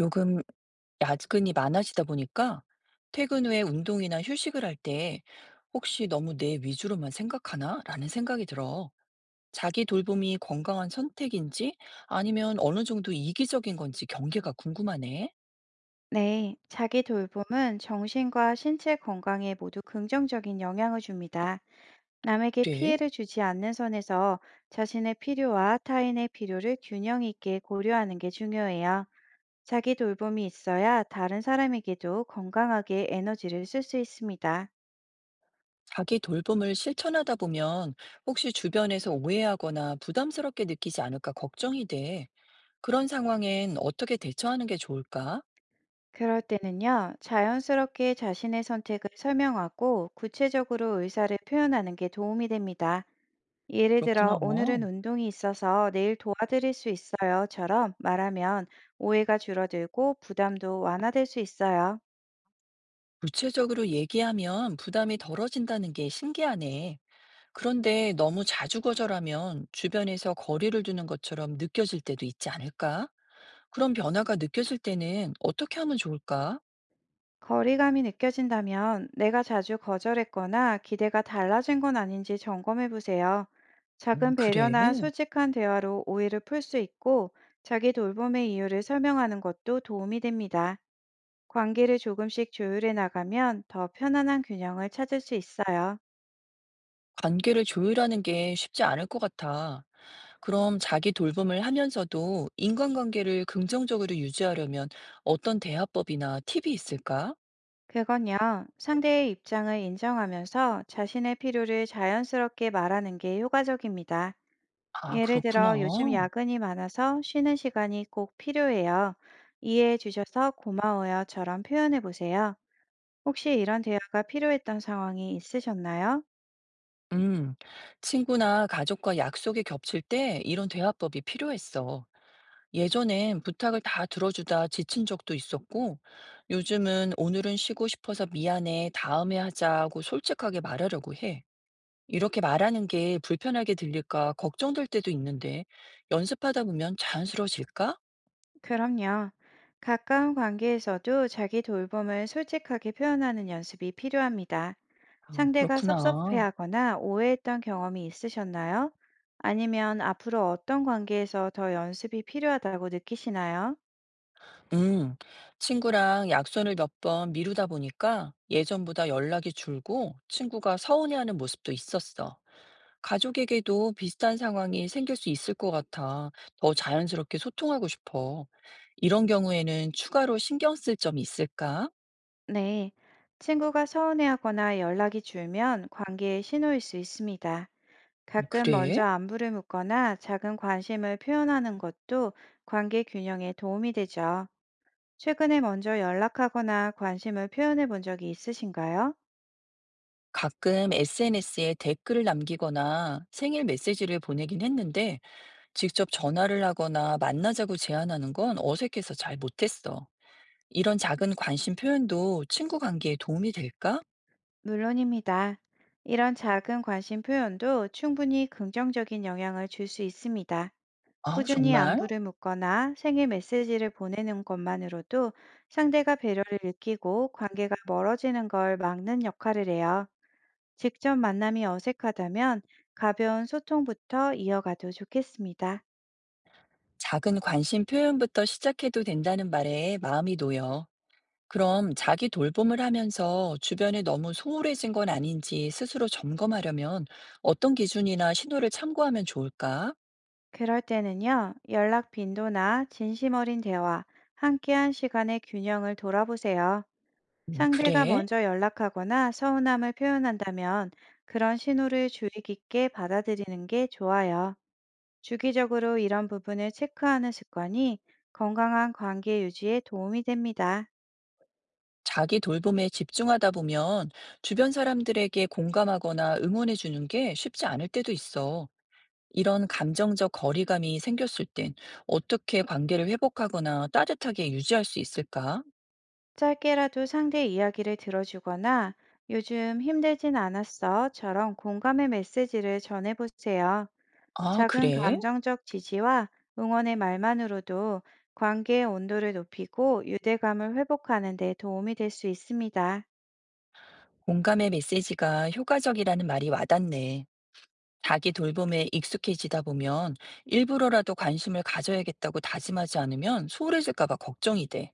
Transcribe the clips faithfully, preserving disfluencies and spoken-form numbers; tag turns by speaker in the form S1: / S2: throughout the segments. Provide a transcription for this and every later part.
S1: 요금 야근이 많아지다 보니까 퇴근 후에 운동이나 휴식을 할 때 혹시 너무 내 위주로만 생각하나? 라는 생각이 들어. 자기 돌봄이 건강한 선택인지 아니면 어느 정도 이기적인 건지 경계가 궁금하네.
S2: 네, 자기 돌봄은 정신과 신체 건강에 모두 긍정적인 영향을 줍니다. 남에게
S1: 그래?
S2: 피해를 주지 않는 선에서 자신의 필요와 타인의 필요를 균형 있게 고려하는 게 중요해요. 자기 돌봄이 있어야 다른 사람에게도 건강하게 에너지를 쓸 수 있습니다.
S1: 자기 돌봄을 실천하다 보면 혹시 주변에서 오해하거나 부담스럽게 느끼지 않을까 걱정이 돼. 그런 상황엔 어떻게 대처하는 게 좋을까?
S2: 그럴 때는요, 자연스럽게 자신의 선택을 설명하고 구체적으로 의사를 표현하는 게 도움이 됩니다. 예를 들어,
S1: 그렇구나.
S2: 오늘은 운동이 있어서 내일 도와드릴 수 있어요.처럼 말하면 오해가 줄어들고 부담도 완화될 수 있어요.
S1: 구체적으로 얘기하면 부담이 덜어진다는 게 신기하네. 그런데 너무 자주 거절하면 주변에서 거리를 두는 것처럼 느껴질 때도 있지 않을까? 그런 변화가 느껴질 때는 어떻게 하면 좋을까?
S2: 거리감이 느껴진다면 내가 자주 거절했거나 기대가 달라진 건 아닌지 점검해 보세요.
S1: 음,
S2: 작은
S1: 그래.
S2: 배려나 솔직한 대화로 오해를 풀 수 있고 자기 돌봄의 이유를 설명하는 것도 도움이 됩니다. 관계를 조금씩 조율해 나가면 더 편안한 균형을 찾을 수 있어요.
S1: 관계를 조율하는 게 쉽지 않을 것 같아. 그럼 자기 돌봄을 하면서도 인간관계를 긍정적으로 유지하려면 어떤 대화법이나 팁이 있을까?
S2: 그건요, 상대의 입장을 인정하면서 자신의 필요를 자연스럽게 말하는 게 효과적입니다.
S1: 아,
S2: 예를
S1: 그렇구나.
S2: 들어, 요즘 야근이 많아서 쉬는 시간이 꼭 필요해요. 이해해 주셔서 고마워요처럼 표현해 보세요. 혹시 이런 대화가 필요했던 상황이 있으셨나요?
S1: 음, 친구나 가족과 약속이 겹칠 때 이런 대화법이 필요했어. 예전엔 부탁을 다 들어주다 지친 적도 있었고, 요즘은 오늘은 쉬고 싶어서 미안해, 다음에 하자고 솔직하게 말하려고 해. 이렇게 말하는 게 불편하게 들릴까 걱정될 때도 있는데, 연습하다 보면 자연스러워질까?
S2: 그럼요. 가까운 관계에서도 자기 돌봄을 솔직하게 표현하는 연습이 필요합니다.
S1: 아,
S2: 상대가
S1: 그렇구나.
S2: 섭섭해하거나 오해했던 경험이 있으셨나요? 아니면 앞으로 어떤 관계에서 더 연습이 필요하다고 느끼시나요?
S1: 음, 친구랑 약속을 몇 번 미루다 보니까 예전보다 연락이 줄고 친구가 서운해하는 모습도 있었어. 가족에게도 비슷한 상황이 생길 수 있을 것 같아. 더 자연스럽게 소통하고 싶어. 이런 경우에는 추가로 신경 쓸 점이 있을까?
S2: 네. 친구가 서운해하거나 연락이 줄면 관계의 신호일 수 있습니다.
S1: 음,
S2: 가끔
S1: 그래?
S2: 먼저 안부를 묻거나 작은 관심을 표현하는 것도 관계 균형에 도움이 되죠. 최근에 먼저 연락하거나 관심을 표현해 본 적이 있으신가요?
S1: 가끔 에스엔에스에 댓글을 남기거나 생일 메시지를 보내긴 했는데 직접 전화를 하거나 만나자고 제안하는 건 어색해서 잘 못했어. 이런 작은 관심 표현도 친구 관계에 도움이 될까?
S2: 물론입니다. 이런 작은 관심 표현도 충분히 긍정적인 영향을 줄 수 있습니다.
S1: 아,
S2: 꾸준히
S1: 정말?
S2: 안부를 묻거나 생일 메시지를 보내는 것만으로도 상대가 배려를 느끼고 관계가 멀어지는 걸 막는 역할을 해요. 직접 만남이 어색하다면 가벼운 소통부터 이어가도 좋겠습니다.
S1: 작은 관심 표현부터 시작해도 된다는 말에 마음이 놓여. 그럼 자기 돌봄을 하면서 주변에 너무 소홀해진 건 아닌지 스스로 점검하려면 어떤 기준이나 신호를 참고하면 좋을까?
S2: 그럴 때는요, 연락 빈도나 진심 어린 대화, 함께한 시간의 균형을 돌아보세요.
S1: 음,
S2: 상대가
S1: 그래.
S2: 먼저 연락하거나 서운함을 표현한다면 그런 신호를 주의 깊게 받아들이는 게 좋아요. 주기적으로 이런 부분을 체크하는 습관이 건강한 관계 유지에 도움이 됩니다.
S1: 자기 돌봄에 집중하다 보면 주변 사람들에게 공감하거나 응원해 주는 게 쉽지 않을 때도 있어. 이런 감정적 거리감이 생겼을 땐 어떻게 관계를 회복하거나 따뜻하게 유지할 수 있을까?
S2: 짧게라도 상대 이야기를 들어주거나 요즘 힘들진 않았어처럼 공감의 메시지를 전해보세요.
S1: 아,
S2: 작은
S1: 그래?
S2: 감정적 지지와 응원의 말만으로도 관계의 온도를 높이고 유대감을 회복하는 데 도움이 될 수 있습니다.
S1: 공감의 메시지가 효과적이라는 말이 와닿네. 자기 돌봄에 익숙해지다 보면 일부러라도 관심을 가져야겠다고 다짐하지 않으면 소홀해질까봐 걱정이 돼.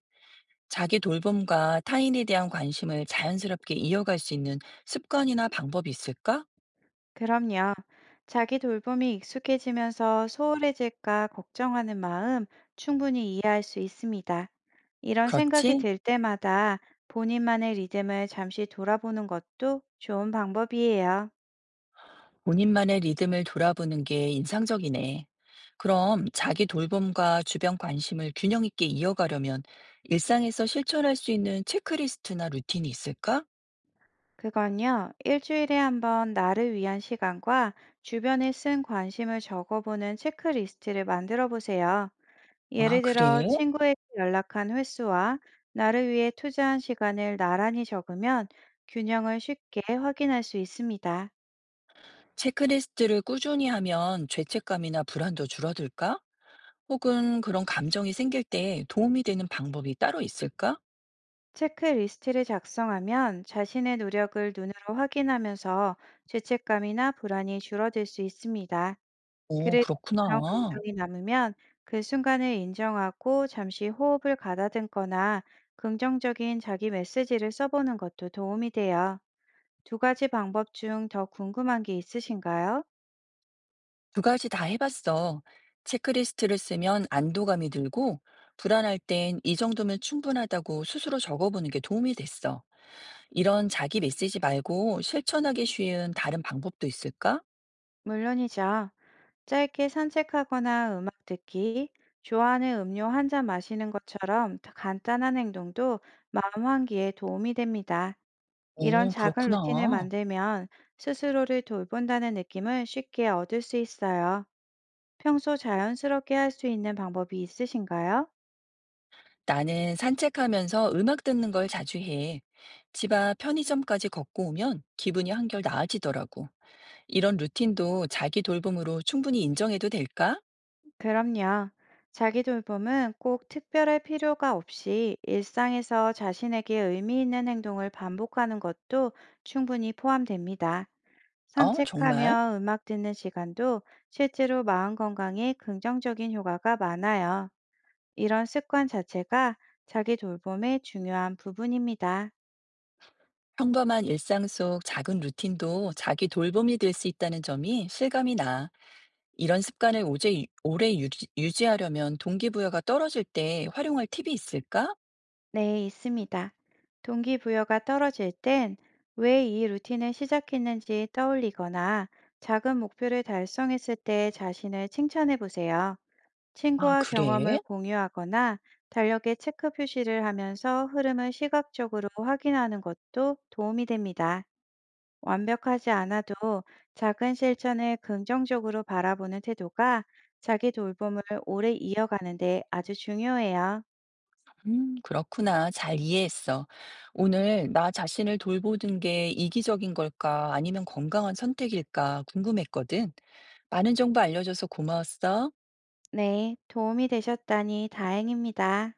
S1: 자기 돌봄과 타인에 대한 관심을 자연스럽게 이어갈 수 있는 습관이나 방법이 있을까?
S2: 그럼요. 자기 돌봄이 익숙해지면서 소홀해질까 걱정하는 마음 충분히 이해할 수 있습니다. 이런 생각이
S1: 그렇지?
S2: 들 때마다 본인만의 리듬을 잠시 돌아보는 것도 좋은 방법이에요.
S1: 본인만의 리듬을 돌아보는 게 인상적이네. 그럼 자기 돌봄과 주변 관심을 균형 있게 이어가려면 일상에서 실천할 수 있는 체크리스트나 루틴이 있을까?
S2: 그건요, 일주일에 한 번 나를 위한 시간과 주변에 쓴 관심을 적어보는 체크리스트를 만들어 보세요.
S1: 아,
S2: 예를 들어
S1: 그래.
S2: 친구에게 연락한 횟수와 나를 위해 투자한 시간을 나란히 적으면 균형을 쉽게 확인할 수 있습니다.
S1: 체크리스트를 꾸준히 하면 죄책감이나 불안도 줄어들까? 혹은 그런 감정이 생길 때 도움이 되는 방법이 따로 있을까?
S2: 체크리스트를 작성하면 자신의 노력을 눈으로 확인하면서 죄책감이나 불안이 줄어들 수 있습니다.
S1: 오,
S2: 그래도 그런
S1: 그렇구나.
S2: 감정이 남으면 그 순간을 인정하고 잠시 호흡을 가다듬거나 긍정적인 자기 메시지를 써보는 것도 도움이 돼요. 두 가지 방법 중 더 궁금한 게 있으신가요?
S1: 두 가지 다 해봤어. 체크리스트를 쓰면 안도감이 들고, 불안할 땐 이 정도면 충분하다고 스스로 적어보는 게 도움이 됐어. 이런 자기 메시지 말고 실천하기 쉬운 다른 방법도 있을까?
S2: 물론이죠. 짧게 산책하거나 음악 듣기, 좋아하는 음료 한 잔 마시는 것처럼 더 간단한 행동도 마음 환기에 도움이 됩니다. 이런
S1: 오,
S2: 작은 루틴을
S1: 그렇구나.
S2: 만들면 스스로를 돌본다는 느낌을 쉽게 얻을 수 있어요. 평소 자연스럽게 할 수 있는 방법이 있으신가요?
S1: 나는 산책하면서 음악 듣는 걸 자주 해. 집 앞 편의점까지 걷고 오면 기분이 한결 나아지더라고. 이런 루틴도 자기 돌봄으로 충분히 인정해도 될까?
S2: 그럼요. 자기 돌봄은 꼭 특별할 필요가 없이 일상에서 자신에게 의미 있는 행동을 반복하는 것도 충분히 포함됩니다.
S1: 어, 정말?
S2: 산책하며 음악 듣는 시간도 실제로 마음 건강에 긍정적인 효과가 많아요. 이런 습관 자체가 자기 돌봄의 중요한 부분입니다.
S1: 평범한 일상 속 작은 루틴도 자기 돌봄이 될 수 있다는 점이 실감이 나. 이런 습관을 오제, 유- 오래 유지, 유지하려면 동기부여가 떨어질 때 활용할 팁이 있을까?
S2: 네, 있습니다. 동기부여가 떨어질 땐 왜 이 루틴을 시작했는지 떠올리거나 작은 목표를 달성했을 때 자신을 칭찬해 보세요.
S1: 아,
S2: 친구와 경험을
S1: 그래?
S2: 공유하거나 달력에 체크 표시를 하면서 흐름을 시각적으로 확인하는 것도 도움이 됩니다. 완벽하지 않아도 작은 실천을 긍정적으로 바라보는 태도가 자기 돌봄을 오래 이어가는데 아주 중요해요.
S1: 음, 그렇구나. 잘 이해했어. 오늘 나 자신을 돌보는 게 이기적인 걸까? 아니면 건강한 선택일까? 궁금했거든. 많은 정보 알려줘서 고마웠어.
S2: 네, 도움이 되셨다니 다행입니다.